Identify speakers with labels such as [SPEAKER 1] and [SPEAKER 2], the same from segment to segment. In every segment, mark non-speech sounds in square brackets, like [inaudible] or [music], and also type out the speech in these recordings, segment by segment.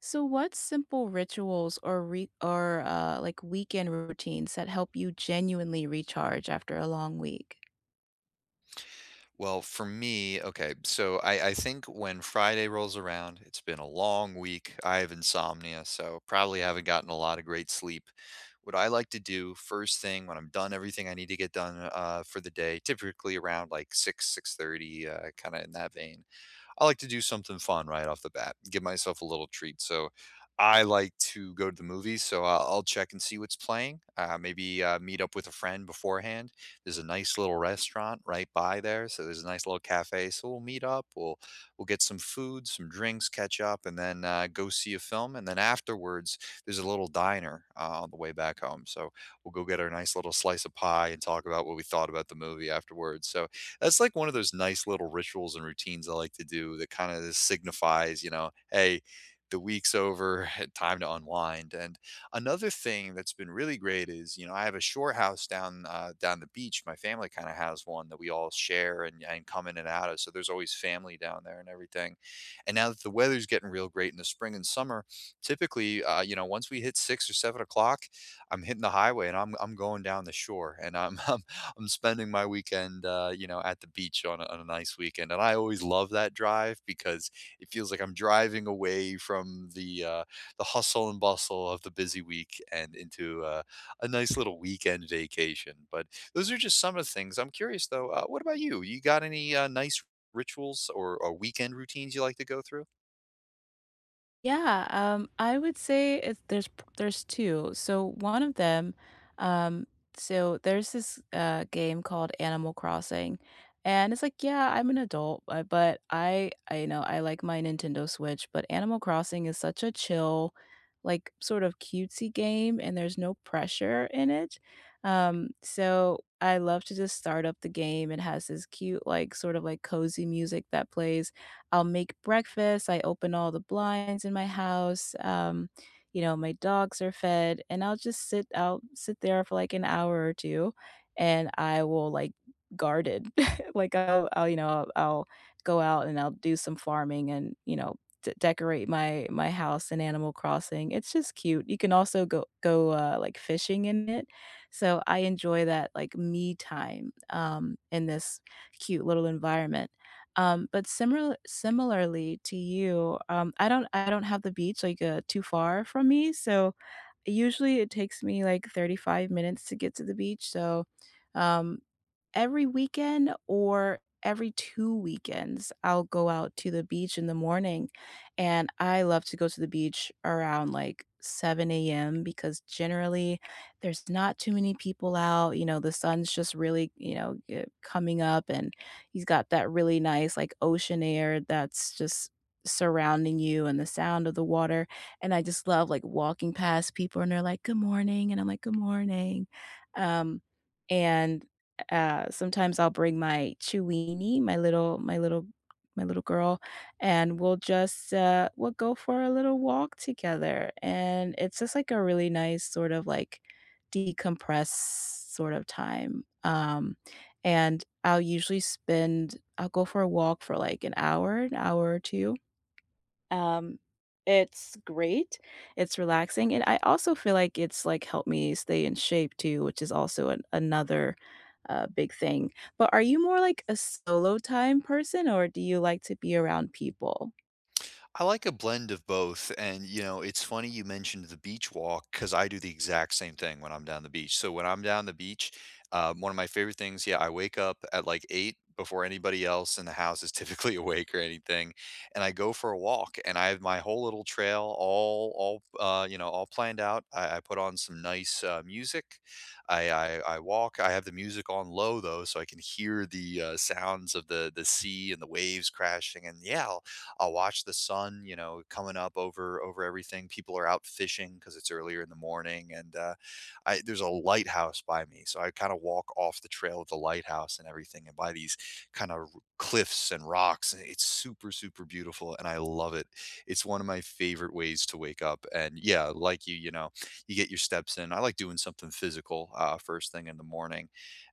[SPEAKER 1] So, what simple rituals or like weekend routines that help you genuinely recharge after a long week?
[SPEAKER 2] Well, for me, okay, so I think when Friday rolls around, it's been a long week. I have insomnia, so probably haven't gotten a lot of great sleep. What I like to do first thing when I'm done everything I need to get done for the day, typically around like 6:30, kind of in that vein, I like to do something fun right off the bat, give myself a little treat. So I like to go to the movies, so I'll check and see what's playing. Maybe meet up with a friend beforehand. There's a nice little restaurant right by there, so there's a nice little cafe. So we'll meet up. We'll get some food, some drinks, catch up, and then go see a film. And then afterwards, there's a little diner on the way back home. So we'll go get our nice little slice of pie and talk about what we thought about the movie afterwards. So that's like one of those nice little rituals and routines I like to do that kind of signifies, you know, hey, the week's over, [laughs] time to unwind. And another thing that's been really great is, you know, I have a shore house down down the beach. My family kind of has one that we all share and come in and out of. So there's always family down there and everything. And now that the weather's getting real great in the spring and summer, typically, you know, once we hit 6 or 7 o'clock, I'm hitting the highway and I'm going down the shore and [laughs] I'm spending my weekend, you know, at the beach on on a nice weekend, and I always love that drive because it feels like I'm driving away from the hustle and bustle of the busy week and into a nice little weekend vacation. But those are just some of the things. I'm curious though. What about you? You got any nice rituals or weekend routines you like to go through?
[SPEAKER 1] Yeah, I would say there's two. So one of them, um, so there's this game called Animal Crossing, and it's like, yeah, I'm an adult, but I you know I like my Nintendo Switch, but Animal Crossing is such a chill, like sort of cutesy game, and there's no pressure in it. So I love to just start up the game. It has this cute, like sort of like cozy music that plays. I'll make breakfast, I open all the blinds in my house, you know, my dogs are fed, and I'll just sit there for, like, an hour or 2, and I will, like, guard it. [laughs] Like, I'll, I'll go out and I'll do some farming and, you know, d decorate my house in Animal Crossing. It's just cute. You can also go, like, fishing in it, so I enjoy that, like, me time, in this cute little environment. But similarly to you, I don't have the beach like too far from me, so usually it takes me like 35 minutes to get to the beach. Um, Every weekend or every 2 weekends, I'll go out to the beach in the morning, and I love to go to the beach around, like, 7 a.m. because generally there's not too many people out, you know, the sun's just really, you know, coming up, and he's got that really nice, like, ocean air that's just surrounding you and the sound of the water, and I just love, like, walking past people, and they're like, "Good morning," and I'm like, "Good morning." Um, and sometimes I'll bring my Chewini, my little girl, and we'll just, we'll go for a little walk together, and it's just, like, a really nice sort of, like, decompress sort of time, and I'll usually spend I'll go for a walk for, like, an hour or 2. Um, it's great, it's relaxing, and I also feel like it's, like, helped me stay in shape too, which is also an another, big thing. But are you more like a solo time person, or do you like to be around people?
[SPEAKER 2] I like a blend of both, and, you know, it's funny you mentioned the beach walk because I do the exact same thing when I'm down the beach. So, when I'm down the beach, one of my favorite things yeah, I wake up at, like, 8 before anybody else in the house is typically [laughs] awake or anything, and I go for a walk, and I have my whole little trail all, you know, all planned out. I put on some nice, music. I I I walk. I have the music on low, though, so I can hear the, sounds of the sea and the waves crashing, and, yeah, I'll watch the sun, you know, coming up over everything. People are out fishing because it's earlier in the morning, and there's a lighthouse by me, so I kind of walk off the trail of the lighthouse and everything, and by these kind of cliffs and rocks. And It's super beautiful, and I love it. It's one of my favorite ways to wake up. And yeah, like you know, you get your steps in. I like doing something physical first thing in the morning.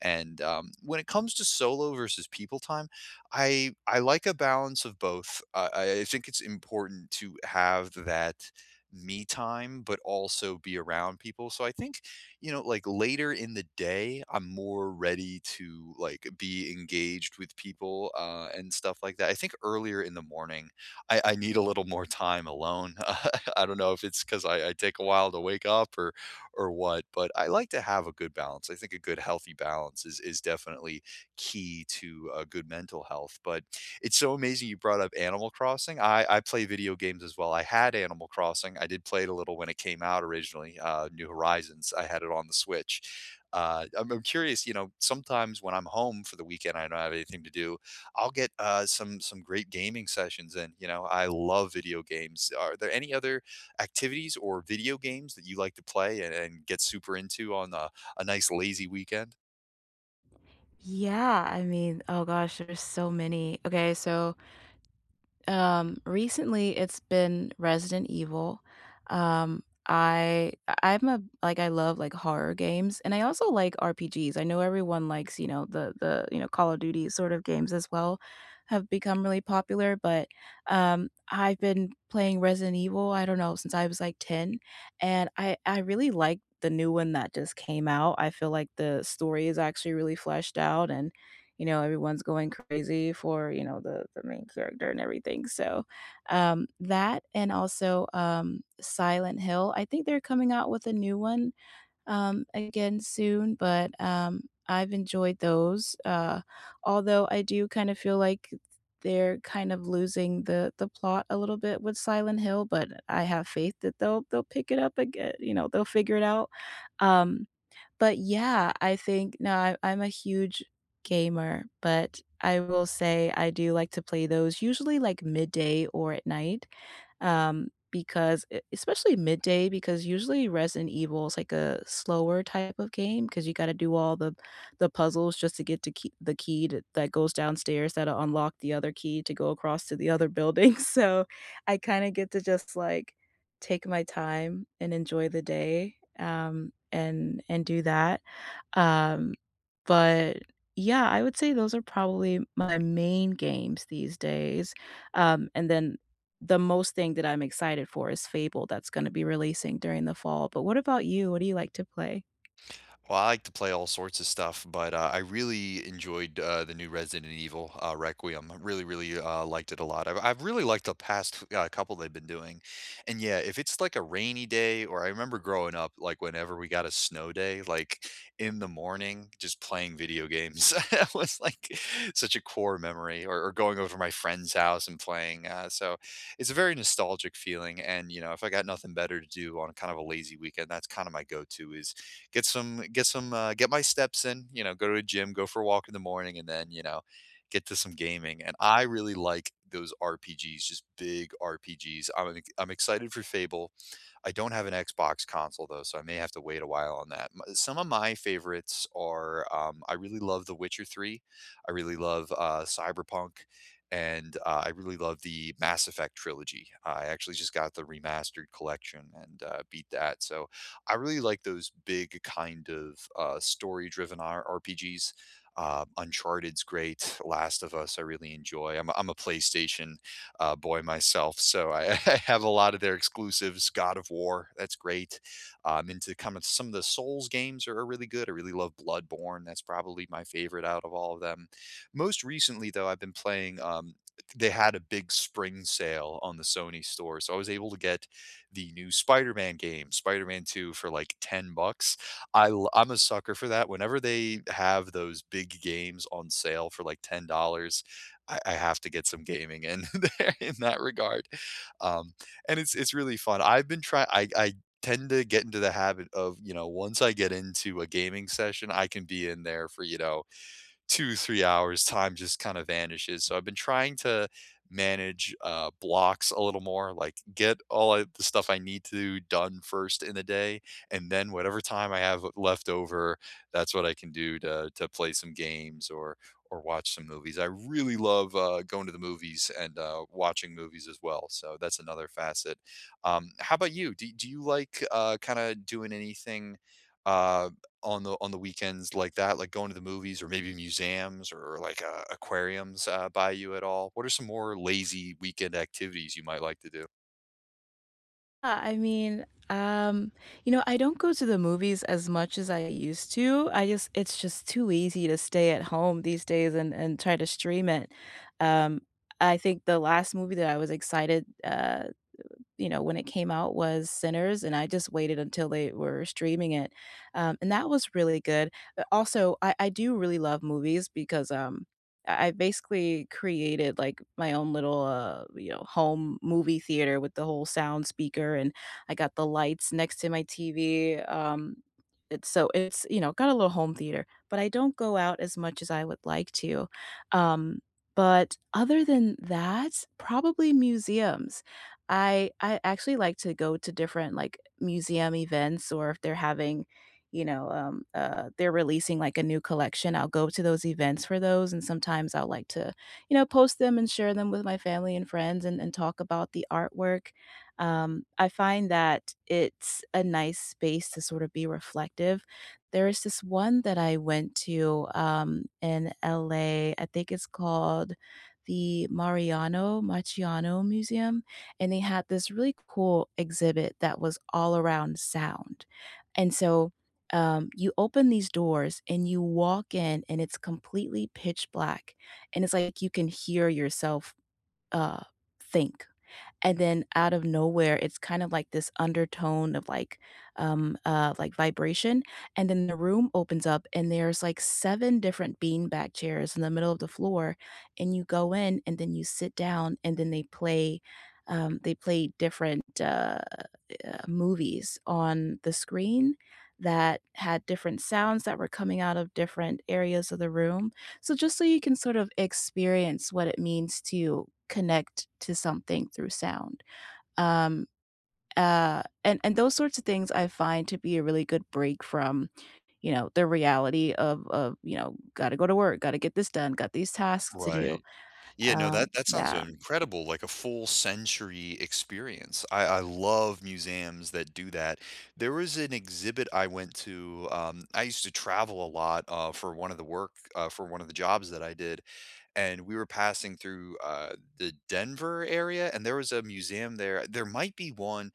[SPEAKER 2] And when it comes to solo versus people time I like a balance of both. I think it's important to have that me time, but also be around people. So I think, you know, like later in the day, I'm more ready to like be engaged with people and stuff like that. I think earlier in the morning, I need a little more time alone. [laughs] I don't know if it's because I take a while to wake up or what, but I like to have a good balance. I think a good healthy balance is definitely key to good mental health. But it's so amazing you brought up Animal Crossing. I play video games as well. I had Animal Crossing. I did play it a little when it came out originally, New Horizons. I had it on the Switch. I'm curious, you know, sometimes when I'm home for the weekend, I don't have anything to do. I'll get some great gaming sessions in. You know, I love video games. Are there any other activities or video games that you like to play and get super into on a nice lazy weekend?
[SPEAKER 1] Yeah, I mean, oh gosh, there's so many. Okay, so recently it's been Resident Evil. Um, I I'm a I love like horror games and I also like RPGs. I know everyone likes, you know, you know, Call of Duty sort of games as well have become really popular, but I've been playing Resident Evil, I don't know, since I was like 10 and I really like the new one that just came out. I feel like the story is actually really fleshed out and you know, everyone's going crazy for, you know, the main character and everything. So, that and also, Silent Hill. I think they're coming out with a new one, again soon, but, I've enjoyed those, although I do kind of feel like they're kind of losing the plot a little bit with Silent Hill, but I have faith that they'll pick it up again, you know, they'll figure it out. Um, but yeah, I think no, I I'm a huge gamer, but I will say I do like to play those usually like midday or at night, because e especially midday because usually Resident Evil is like a slower type of game because you gotta do all the puzzles just to get to key the key that that goes downstairs that'll unlock the other key to go across to the other building, [laughs] so I kinda get to just, like, take my time and enjoy the day, and do that, um, but yeah, I would say those are probably my main games these days, and then the most thing that I'm excited for is Fable that's gonna be releasing during the fall. But what about you? What do you like to play?
[SPEAKER 2] Well, I like to play all sorts of stuff, but I really enjoyed the new Resident Evil Requiem. I really, really liked it a lot. I've really liked the past couple they've been doing. And yeah, if it's like a rainy day, or I remember growing up, like whenever we got a snow day, like in the morning, just playing video games [laughs] It was like such a core memory, or going over to my friend's house and playing. So it's a very nostalgic feeling. And, you know, if I got nothing better to do on kind of a lazy weekend, that's kind of my go to is get some get my steps in, you know, go to a gym, go for a walk in the morning, and then, you know, get to some gaming. And I really like those RPGs, just big RPGs. I'm excited for Fable. I don't have an Xbox console though, so I may have to wait a while on that. Some of my favorites are I really love The Witcher 3. I really love Cyberpunk. And I really love the Mass Effect trilogy. I actually just got the remastered collection and beat that. So I really like those big kind of story-driven RPGs. Uncharted's great. Last of Us, I really enjoy. I'm a PlayStation boy myself. So I, [laughs] I have a lot of their exclusives. God of War, that's great. Into kind of some of the Souls games are really good. I really love Bloodborne. That's probably my favorite out of all of them. Most recently, though, I've been playing. They had a big spring sale on the Sony store, so I was able to get the new Spider-Man game, Spider-Man 2, for like $10. I'm a sucker for that. Whenever they have those big games on sale for like $10, I have to get some gaming in [laughs] there in that regard. Um, and It's really fun. I've been trying. I Tend to get into the habit of you know once I get into a gaming session, I can be in there for you know 2, 3 hours, time just kinda vanishes, so I've been trying to manage, blocks a little more, like, get all I the stuff I need to done first in the day, and then whatever time I have left over, that's what I can do to play some games or watch some movies. I really love, going to the movies and, watching movies as well, so that's another facet. How about you? Do you like, kinda doing anything, uh on the weekends like that, like going to the movies or maybe museums or like, aquariums, by you at all? What are some more lazy weekend activities you might like to do?
[SPEAKER 1] Yeah, I mean, you know, I don't go to the movies as much as I used to. I just it's just too easy to stay at home these days and try to stream it. Um, I think the last movie that I was excited you know, when it came out was Sinners, and I just waited until they were streaming it, and that was really good. But also, I do really love movies because, I basically created, like, my own little, you know, home movie theater with the whole sound speaker, and I got the lights next to my TV, it's so it's, you know, got a little home theater, but I don't go out as much as I would like to, um, but other than that, probably museums. I actually like to go to different, like, museum events or if they're having, you know, they're releasing, like, a new collection, I'll go to those events for those, and sometimes I'll like to, you know, post them and share them with my family and friends and talk about the artwork. I find that it's a nice space to sort of be reflective. There is this one that I went to, in LA, I think it's called the Mariano Marciano Museum, and they had this really cool exhibit that was all around sound. And so, you open these doors and you walk in and it's completely pitch black, and it's like you can hear yourself, uh, think. And then out of nowhere, it's kind of like this undertone of like vibration, and then the room opens up, and there's like 7 different beanbag chairs in the middle of the floor, and you go in, and then you sit down, and then they play different, movies on the screen that had different sounds that were coming out of different areas of the room. So just so you can sort of experience what it means to connect to something through sound. Um, and those sorts of things I find to be a really good break from, you know, the reality of, you know, gotta go to work, gotta get this done, got these tasks to do.
[SPEAKER 2] Right. Yeah, no, that
[SPEAKER 1] Um,
[SPEAKER 2] that sounds
[SPEAKER 1] yeah.
[SPEAKER 2] incredible, like a full sensory experience. I love museums that do that. There was an exhibit I went to, I used to travel a lot, for one of the jobs that I did, and we were passing through the Denver area, and there was a museum there. There might be one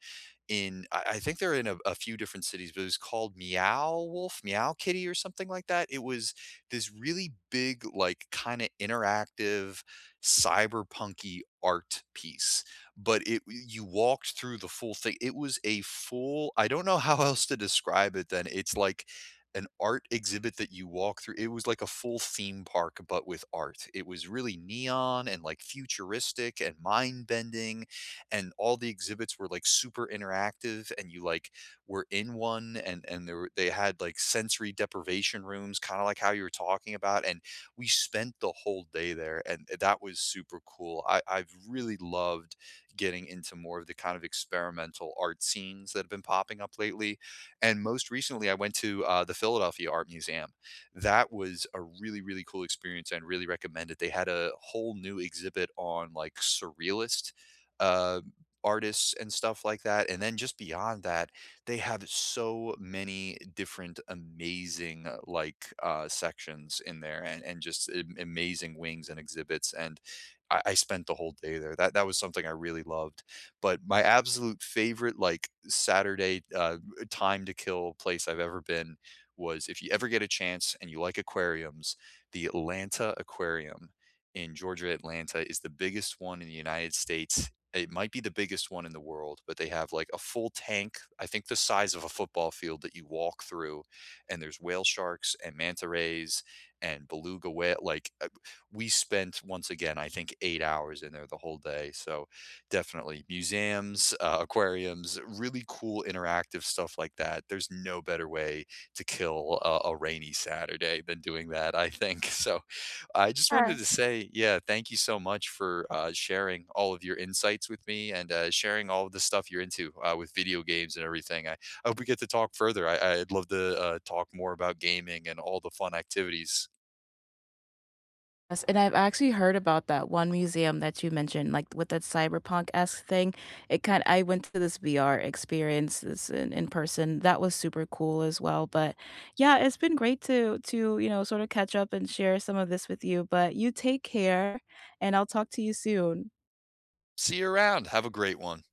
[SPEAKER 2] in, I think they're in a few different cities, but it was called Meow Wolf, Meow Kitty, or something like that. It was this really big, like kind of interactive, cyberpunky art piece, but it you walked through the full thing. It was a full. I don't know how [laughs] else to describe it. Then it's like an art exhibit that you walk through. It was like a full theme park, but with art. It was really neon and like futuristic and mind bending. And all the exhibits were like super interactive and you like were in one and there were, they had like sensory deprivation rooms, kind of like how you were talking about. And we spent the whole day there and that was super cool. I've really loved getting into more of the kind of experimental art scenes that have been popping up lately and most recently, I went to the Philadelphia Art Museum. That was a really, really cool experience and really recommend it. They had a whole new exhibit on like surrealist uh, artists and stuff like that. And then just beyond that, they have so many different amazing sections in there and just amazing wings and exhibits. And I spent the whole day there. That was something I really loved. But my absolute favorite like Saturday time to kill place I've ever been was if you ever get a chance and you like aquariums, the Atlanta Aquarium in Georgia, Atlanta is the biggest one in the United States. It might be the biggest one in the world, but they have like a full tank, I think the size of a football field that you walk through, and there's whale sharks and manta rays and beluga whale. Like we spent once again, I think 8 hours in there the whole day. So definitely. Museums, aquariums, really cool interactive stuff like that. There's no better way to kill a rainy Saturday than doing that, I think. [laughs] So I just wanted to say, yeah, thank you so much for sharing all of your insights with me and sharing all of the stuff you're into with video games and everything. I hope we get to talk further. I'd love to talk more about gaming and all the fun activities.
[SPEAKER 1] Yes, and I've actually heard about that one museum that you mentioned, like with that cyberpunk-esque thing. It kind I went to this VR experience this in person. That was super cool as well. But yeah, it's been great to, you know, sort of catch up and share some of this with you. But you take care and I'll talk to you soon.
[SPEAKER 2] See you around. Have a great one.